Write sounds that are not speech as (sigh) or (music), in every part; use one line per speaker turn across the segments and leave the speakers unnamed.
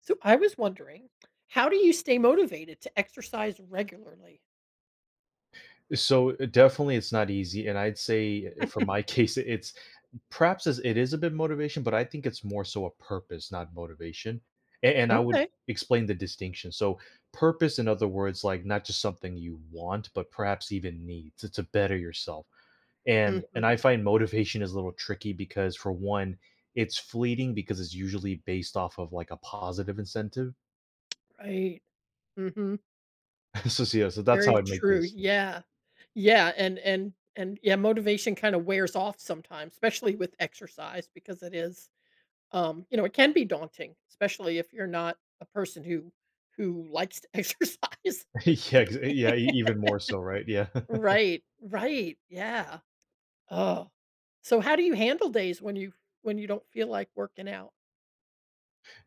So I was wondering, how do you stay motivated to exercise regularly?
So definitely it's not easy, and I'd say for my (laughs) case, it's perhaps as it is a bit motivation, but I think it's more so a purpose, not motivation. And I would
Okay.
explain the distinction. So, purpose, in other words, like not just something you want, but perhaps even needs to better yourself. And
Mhm.
I find motivation is a little tricky because for one, it's fleeting because it's usually based off of like a positive incentive.
Right. Mhm.
(laughs) So yeah, so that's how
Very
I'd make the
true.
distinction.
Yeah. Yeah, and yeah, motivation kinda wears off sometimes, especially with exercise because it is, it can be daunting, especially if you're not a person who likes to (laughs) exercise.
(laughs) yeah, yeah, even more so, right? Yeah. (laughs)
Right, right. Yeah. Oh, so how do you handle days when you don't feel like working out?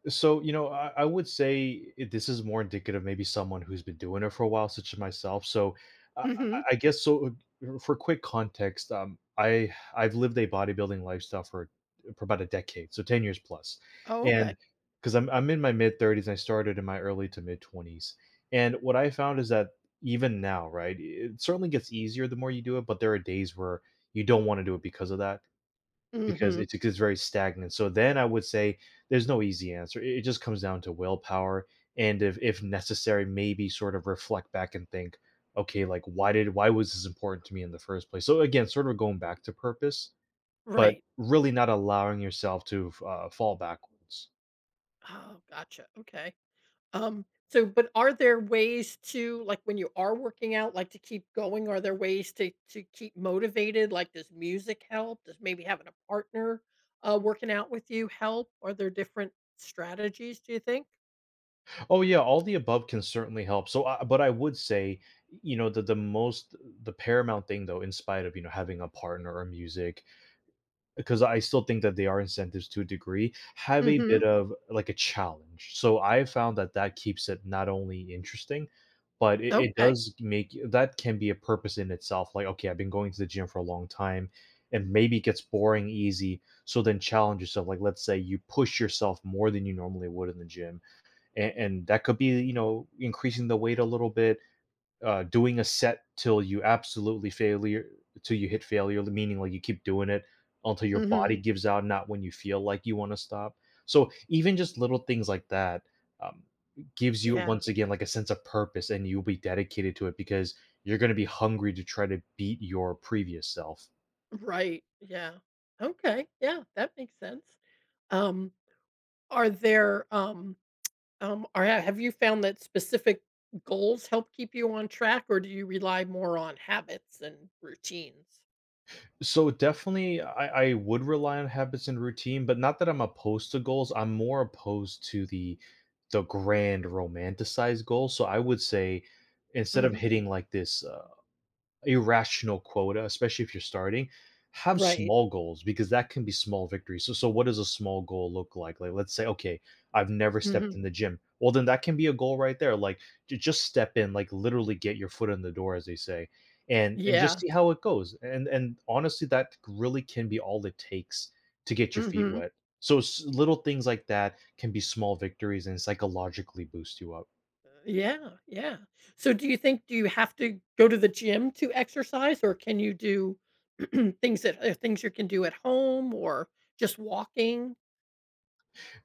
So, you know, I would say this is more indicative of maybe someone who's been doing it for a while, such as myself. So, I, I
Mhm.
I guess so. For quick context, I've lived a bodybuilding lifestyle for about a decade, so 10 years plus,
Oh, okay.
and because I'm in my mid thirties, I started in my early to mid twenties, and what I found is that even now, right, it certainly gets easier the more you do it, but there are days where you don't want to do it because of that because
Mhm.
it's very stagnant. So then I would say there's no easy answer. It just comes down to willpower and if necessary, maybe sort of reflect back and think, okay, like why was this important to me in the first place? So again, sort of going back to purpose, but
Right.
really not allowing yourself to fall backwards.
Oh, gotcha. Okay. So but are there ways to, like, when you are working out, like, to keep going, are there ways to keep motivated? Like, does music help? Does maybe having a partner working out with you help? Are there different strategies, do you think?
Oh yeah, all the above can certainly help. So, but I would say, you know, the most the paramount thing though, in spite of you know having a partner or music because I still think that they are incentives to a degree, have a bit
Mhm.
of like a challenge. So I found that that keeps it not only interesting, but it
Okay.
does make that can be a purpose in itself. Like, okay, I've been going to the gym for a long time and maybe it gets boring easy. So then challenge yourself. Like, let's say you push yourself more than you normally would in the gym. And that could be, you know, increasing the weight a little bit, doing a set till you absolutely failure till you hit failure, meaning like you keep doing it until your body
Mhm.
gives out, not when you feel like you want to stop. So even just little things like that um, gives you
Yeah.
once again like a sense of purpose, and you'll be dedicated to it because you're going to be hungry to try to beat your previous self.
Right. Yeah. Okay. Yeah, that makes sense. Um are there Or have you found that specific goals help keep you on track, or do you rely more on habits and routines?
So definitely, I would rely on habits and routine, but not that I'm opposed to goals. I'm more opposed to the grand romanticized goals. So I would say instead of
Mhm.
hitting like this irrational quota, especially if you're starting, have
Right.
small goals because that can be small victories. So what does a small goal look like? Like, let's say, okay, I've never stepped
Mhm.
in the gym. Well, then that can be a goal right there. Like, just step in, like literally get your foot in the door, as they say, and just
Yeah.
see how it goes. And honestly, that really can be all it takes to get your feet
Mhm.
wet. So little things like that can be small victories and psychologically boost you up.
Yeah, yeah. So do you think do you have to go to the gym to exercise, or can you do (clears throat) things that things you can do at home or just walking?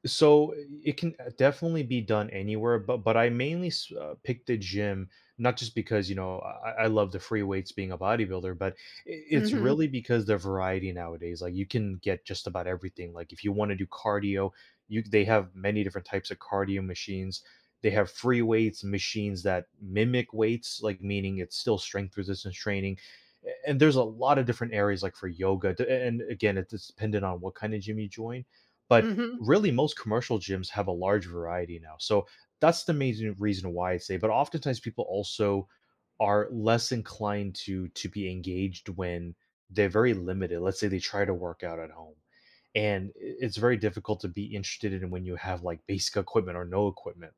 So it can definitely be done anywhere, but I mainly picked the gym not just because you know I love the free weights being a bodybuilder, but it's
Mhm.
really because the variety nowadays. Like you can get just about everything. Like if you want to do cardio, you they have many different types of cardio machines. They have free weights machines that mimic weights, like meaning it's still strength resistance training. And there's a lot of different areas like for yoga, and again, it's dependent on what kind of gym you join, but
Mhm.
really most commercial gyms have a large variety now. So that's the main reason why I say, but oftentimes people also are less inclined to be engaged when they're very limited. Let's say they try to work out at home. And it's very difficult to be interested in when you have like basic equipment or no equipment.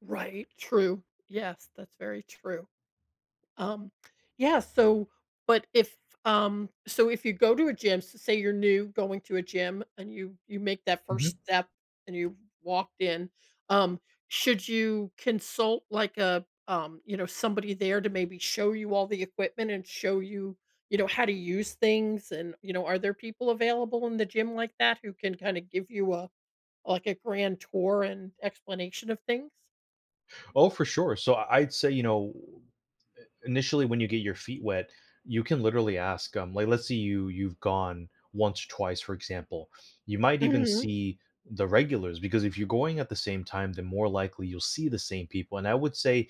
Right, true. Yes, that's very true. Um, yeah, so but if, so if you go to a gym, s say you're new going to a gym and you make that first
Mhm.
step and you walked in, um, should you consult like a, you know, somebody there to maybe show you all the equipment and show you, you know, how to use things, and, you know, are there people available in the gym like that who can kinda give you a like a grand tour and explanation of things?
Oh, for sure. So I'd say, you know, initially when you get your feet wet, you can literally ask like let's say you you've gone once, or twice, for example. You might even
Mhm,
see the regulars because if you're going at the same time, then more likely you'll see the same people. And I would say,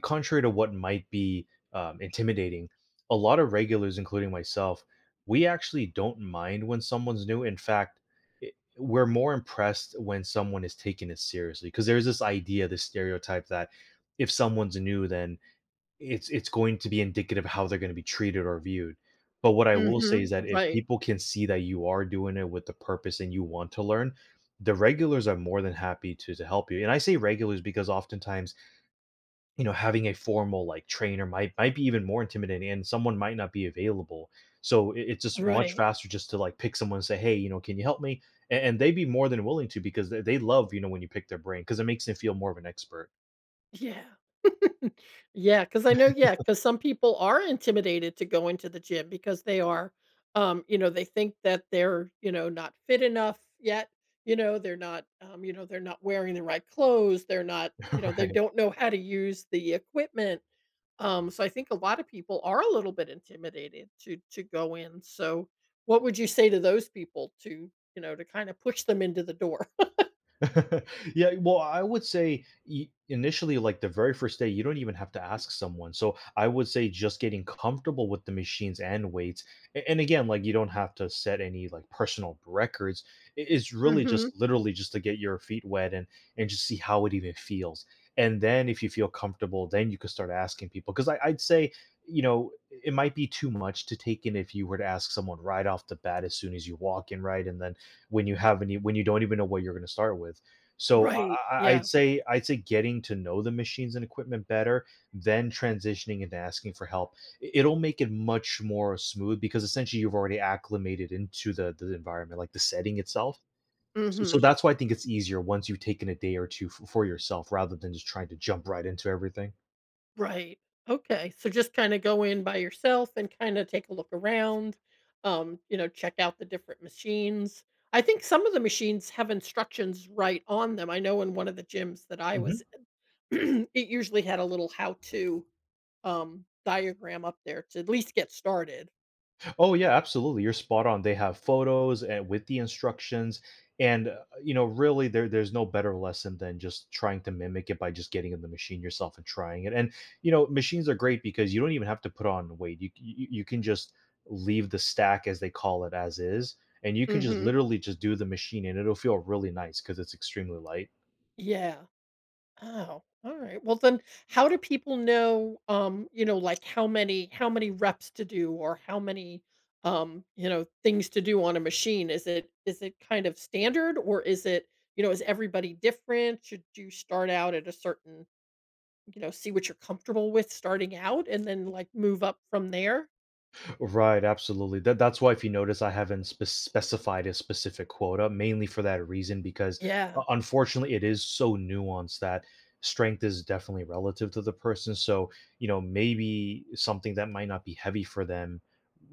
contrary to what might be intimidating, a lot of regulars, including myself, we actually don't mind when someone's new. In fact, i- we're more impressed when someone is taking it seriously because there's this idea, this stereotype that if someone's new, then it's going to be indicative of how they're going to be treated or viewed. But what I will say
mhm,
is that if
right,
people can see that you are doing it with the purpose and you want to learn, the regulars are more than happy to help you. And I say regulars because oftentimes, you know, having a formal like trainer might be even more intimidating and someone might not be available. So it's just much
right.
faster just to like pick someone and say, "Hey, you know, can you help me?" And they'd be more than willing to because they love, you know, when you pick their brain because it makes them feel more of an expert.
Yeah. (laughs) Yeah, because I know yeah, because some people are intimidated to go into the gym because they are, you know, they think that they're, you know, not fit enough yet, you know, they're not, you know, they're not wearing the right clothes, they're not, you
(laughs)
know, they
right.
don't know how to use the equipment. So I think a lot of people are a little bit intimidated to go in. So what would you say to those people to, you know, to kind of push them into the door? (laughs)
(laughs) yeah, well, I would say initially, like the very first day, you don't even have to ask someone. So I would say just getting comfortable with the machines and weights. And again, like you don't have to set any like personal records. It's really
Mhm.
just literally just to get your feet wet and just see how it even feels. And then if you feel comfortable, then you can start asking people. Because I'd say, you know, it might be too much to take in if you were to ask someone right off the bat as soon as you walk in, right? And then when you don't even know what you're gonna start with. So
Right. Yeah.
I'd say getting to know the machines and equipment better, then transitioning into asking for help. I it'll make it much more smooth because essentially you've already acclimated into the environment, like the setting itself. So
Mhm.
that's why I think it's easier once you've taken a day or 2 f for yourself rather than just trying to jump right into everything.
Right. Okay. So just kinda go in by yourself and kinda take a look around, you know, check out the different machines. I think some of the machines have instructions right on them. I know in one of the gyms that I was
Mhm.
in, (clears throat) it usually had a little how-to, diagram up there to at least get started.
Oh yeah, absolutely. You're spot on. They have photos and with the instructions and you know really there's no better lesson than just trying to mimic it by just getting in the machine yourself and trying it. And you know, machines are great because you don't even have to put on weight. You can just leave the stack as they call it as is and you can just
Mhm.
literally just do the machine and it'll feel really nice cuz it's extremely light.
Yeah. Oh, all right. Well, then how do people know you know, like, how many reps to do, or how many you know, things to do on a machine? Is it kind of standard, or is it, you know, is everybody different? Should you start out at a certain, you know, see what you're comfortable with starting out and then, like, move up from there?
Right, absolutely. That's why if you notice I haven't specified a specific quota mainly for that reason because
Yeah.
unfortunately it is so nuanced that strength is definitely relative to the person. So, you know, maybe something that might not be heavy for them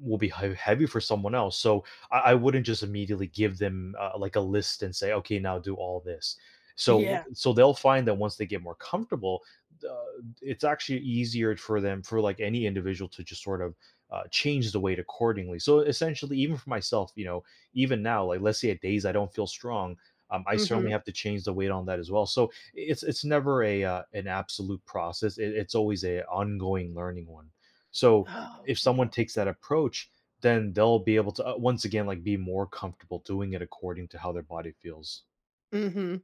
will be heavy for someone else. So, I wouldn't just immediately give them like a list and say, "Okay, now do all this." So,
Yeah.
so they'll find that once they get more comfortable, uh, it's actually easier for them for like any individual to just sort of change the weight accordingly. So essentially, even for myself, you know, even now, like let's say at days I don't feel strong, I certainly
Mhm.
have to change the weight on that as well. So it's never a an absolute process. It's always a ongoing learning one. So
Oh,
if someone
okay.
takes that approach, then they'll be able to once again like be more comfortable doing it according to how their body feels.
Mhm.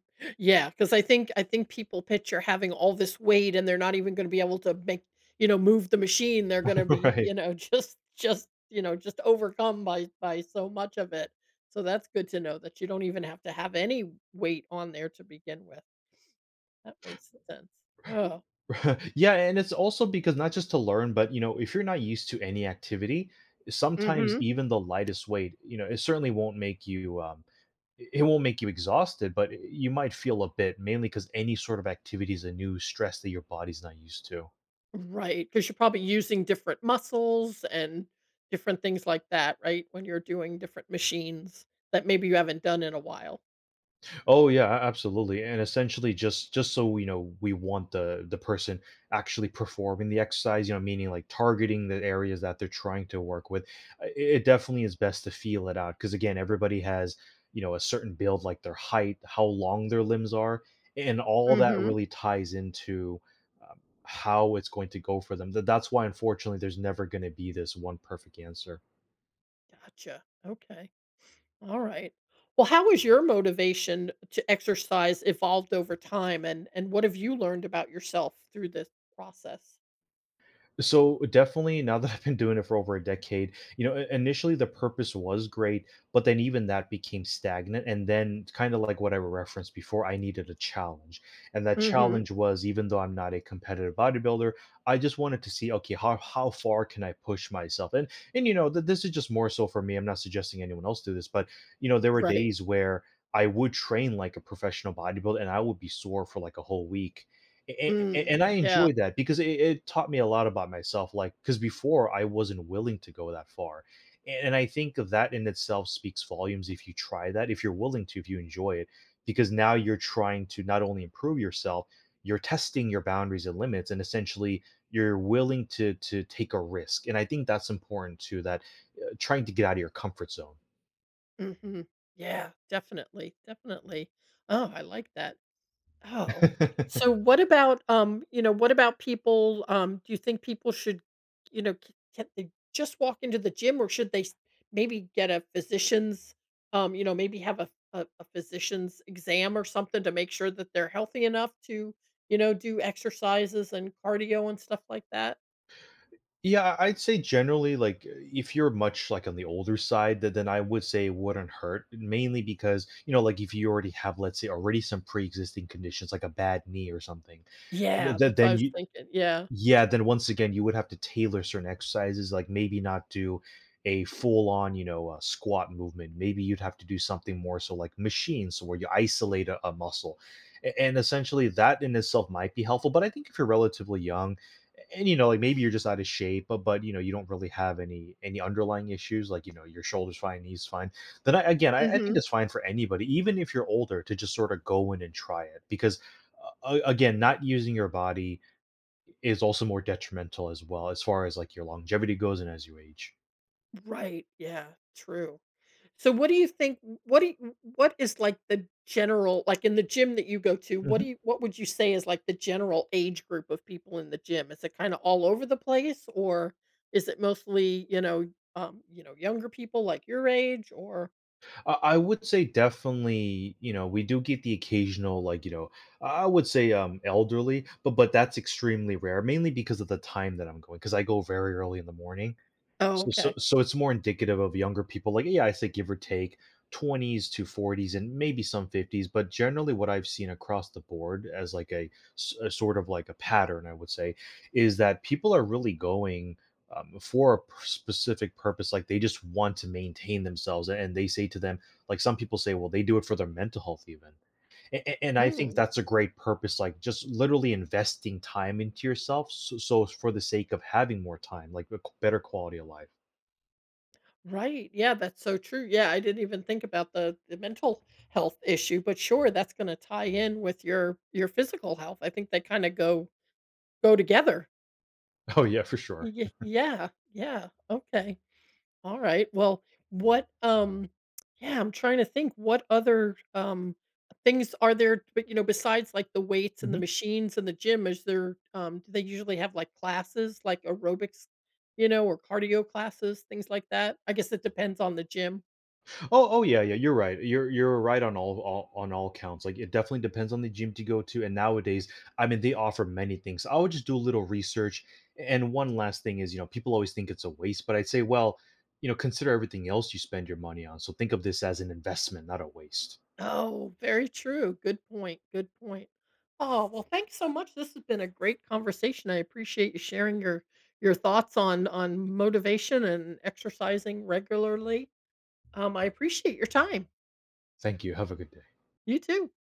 Because I think people picture having all this weight and they're not even gonna be able to make, you know, move the machine. They're gonna
(laughs)
be,
right.
you know, (laughs) you know, just overcome by so much of it. So that's good to know that you don't even have to have any weight on there to begin with. That makes sense. Oh.
(laughs) yeah, and it's also because not just to learn, but you know, if you're not used to any activity, sometimes
Mhm.
even the lightest weight, you know, it certainly won't make you it won't make you exhausted, but you might feel a bit mainly because any sort of activity is a new stress that your body's not used to.
Because 'cause you're probably using different muscles and different things like that, right? When you're doing different machines that maybe you haven't done in a while.
Oh yeah, absolutely. And essentially just so you know, we want the person actually performing the exercise, you know, meaning like targeting the areas that they're trying to work with. It it definitely is best to feel it out because again, everybody has, you know, a certain build like their height, how long their limbs are, and all that
Mhm.
really ties into um, how it's going to go for them. That's why unfortunately there's never going to be this one perfect answer.
Gotcha. Okay. All right. Well, how has your motivation to exercise evolved over time, and what have you learned about yourself through this process?
So definitely now that I've been doing it for over a decade, you know, initially the purpose was great, but then even that became stagnant. And then kind of like what I referenced before, I needed a challenge. And that
Mhm.
challenge was even though I'm not a competitive bodybuilder, I just wanted to see, okay, how far can I push myself? And you know, this is just more so for me. I'm not suggesting anyone else do this, but you know, there were
Right.
days where I would train like a professional bodybuilder and I would be sore for like a whole week and
Mm.
I
Yeah.
enjoy that because it taught me a lot about myself. Like, because before I wasn't willing to go that far. And I think of that in itself speaks volumes if you try that, if you're willing to, if you enjoy it, because now you're trying to not only improve yourself, you're testing your boundaries and limits, and essentially you're willing to take a risk. And I think that's important too. That trying to get out of your comfort zone.
Mhm. Yeah, definitely. Definitely. Oh, I like that. Oh. So
(laughs)
what about, you know, what about people, do you think people should, you know, can they just walk into the gym, or should they maybe get a physician's, you know, maybe have a physician's exam or something to make sure that they're healthy enough to, you know, do exercises and cardio and stuff like that?
Yeah, I'd say generally, like, if you're much like on the older side, that then I would say it wouldn't hurt, mainly because, you know, like if you already have, let's say, already some pre-existing conditions, like a bad knee or something,
Yeah,
that
that's what I
then
was
you
thinking. Yeah.
yeah, then once again, you would have to tailor certain exercises, like maybe not do a full on, you know, squat movement. Maybe you'd have to do something more so like machines so where you isolate a muscle. And essentially, that in itself might be helpful. But I think if you're relatively young, and you know like maybe you're just out of shape but you know you don't really have any underlying issues like you know your shoulders fine knees fine then I, again I
Hmm.
think it's fine for anybody even if you're older to just sort of go in and try it because again not using your body is also more detrimental as well as far as like your longevity goes and as you age.
Right. Yeah. True. So what do you think, what do you what is, like, the general, like, in the gym that you go to, what do
Mhm.
you, what would you say is, like, the general age group of people in the gym? Is it kinda all over the place, or is it mostly, you know, younger people like your age or—
I would say definitely, you know, we do get the occasional like, you know, I would say elderly, but that's extremely rare, mainly because of the time that I'm going, because I go very early in the morning.
Oh,
So so
okay.
so it's more indicative of younger people, like, yeah, I say give or take 20s to 40s and maybe some 50s, but generally what I've seen across the board as like a sort of like a pattern, I would say, is that people are really going for a specific purpose. Like they just want to maintain themselves. And they say to them, like some people say, well, they do it for their mental health, even. And I think
Mm,
that's a great purpose, like just literally investing time into yourself. So for the sake of having more time, like better quality of life.
right. Yeah, that's so true. Yeah, I didn't even think about the mental health issue, but sure, that's gonna tie in with your physical health. I think they kinda go together.
Oh yeah, for sure.
Y Yeah, yeah. Okay. All right. Well, what yeah, I'm trying to think what other things are there, but you know, besides like the weights and the
Mhm.
machines and the gym, is there do they usually have like classes, like aerobics, you know, or cardio classes, things like that? I guess it depends on the gym.
Oh, oh yeah, yeah. You're right. You're right on all on all counts. Like it definitely depends on the gym to go to. And nowadays, I mean, they offer many things. I would just do a little research. And one last thing is, you know, people always think it's a waste, but I'd say, well, you know, consider everything else you spend your money on. So think of this as an investment, not a waste.
Oh, very true. Good point. Good point. Oh, well, thanks so much. This has been a great conversation. I appreciate you sharing your thoughts on motivation and exercising regularly. I appreciate your time.
Thank you. Have a good day.
You too.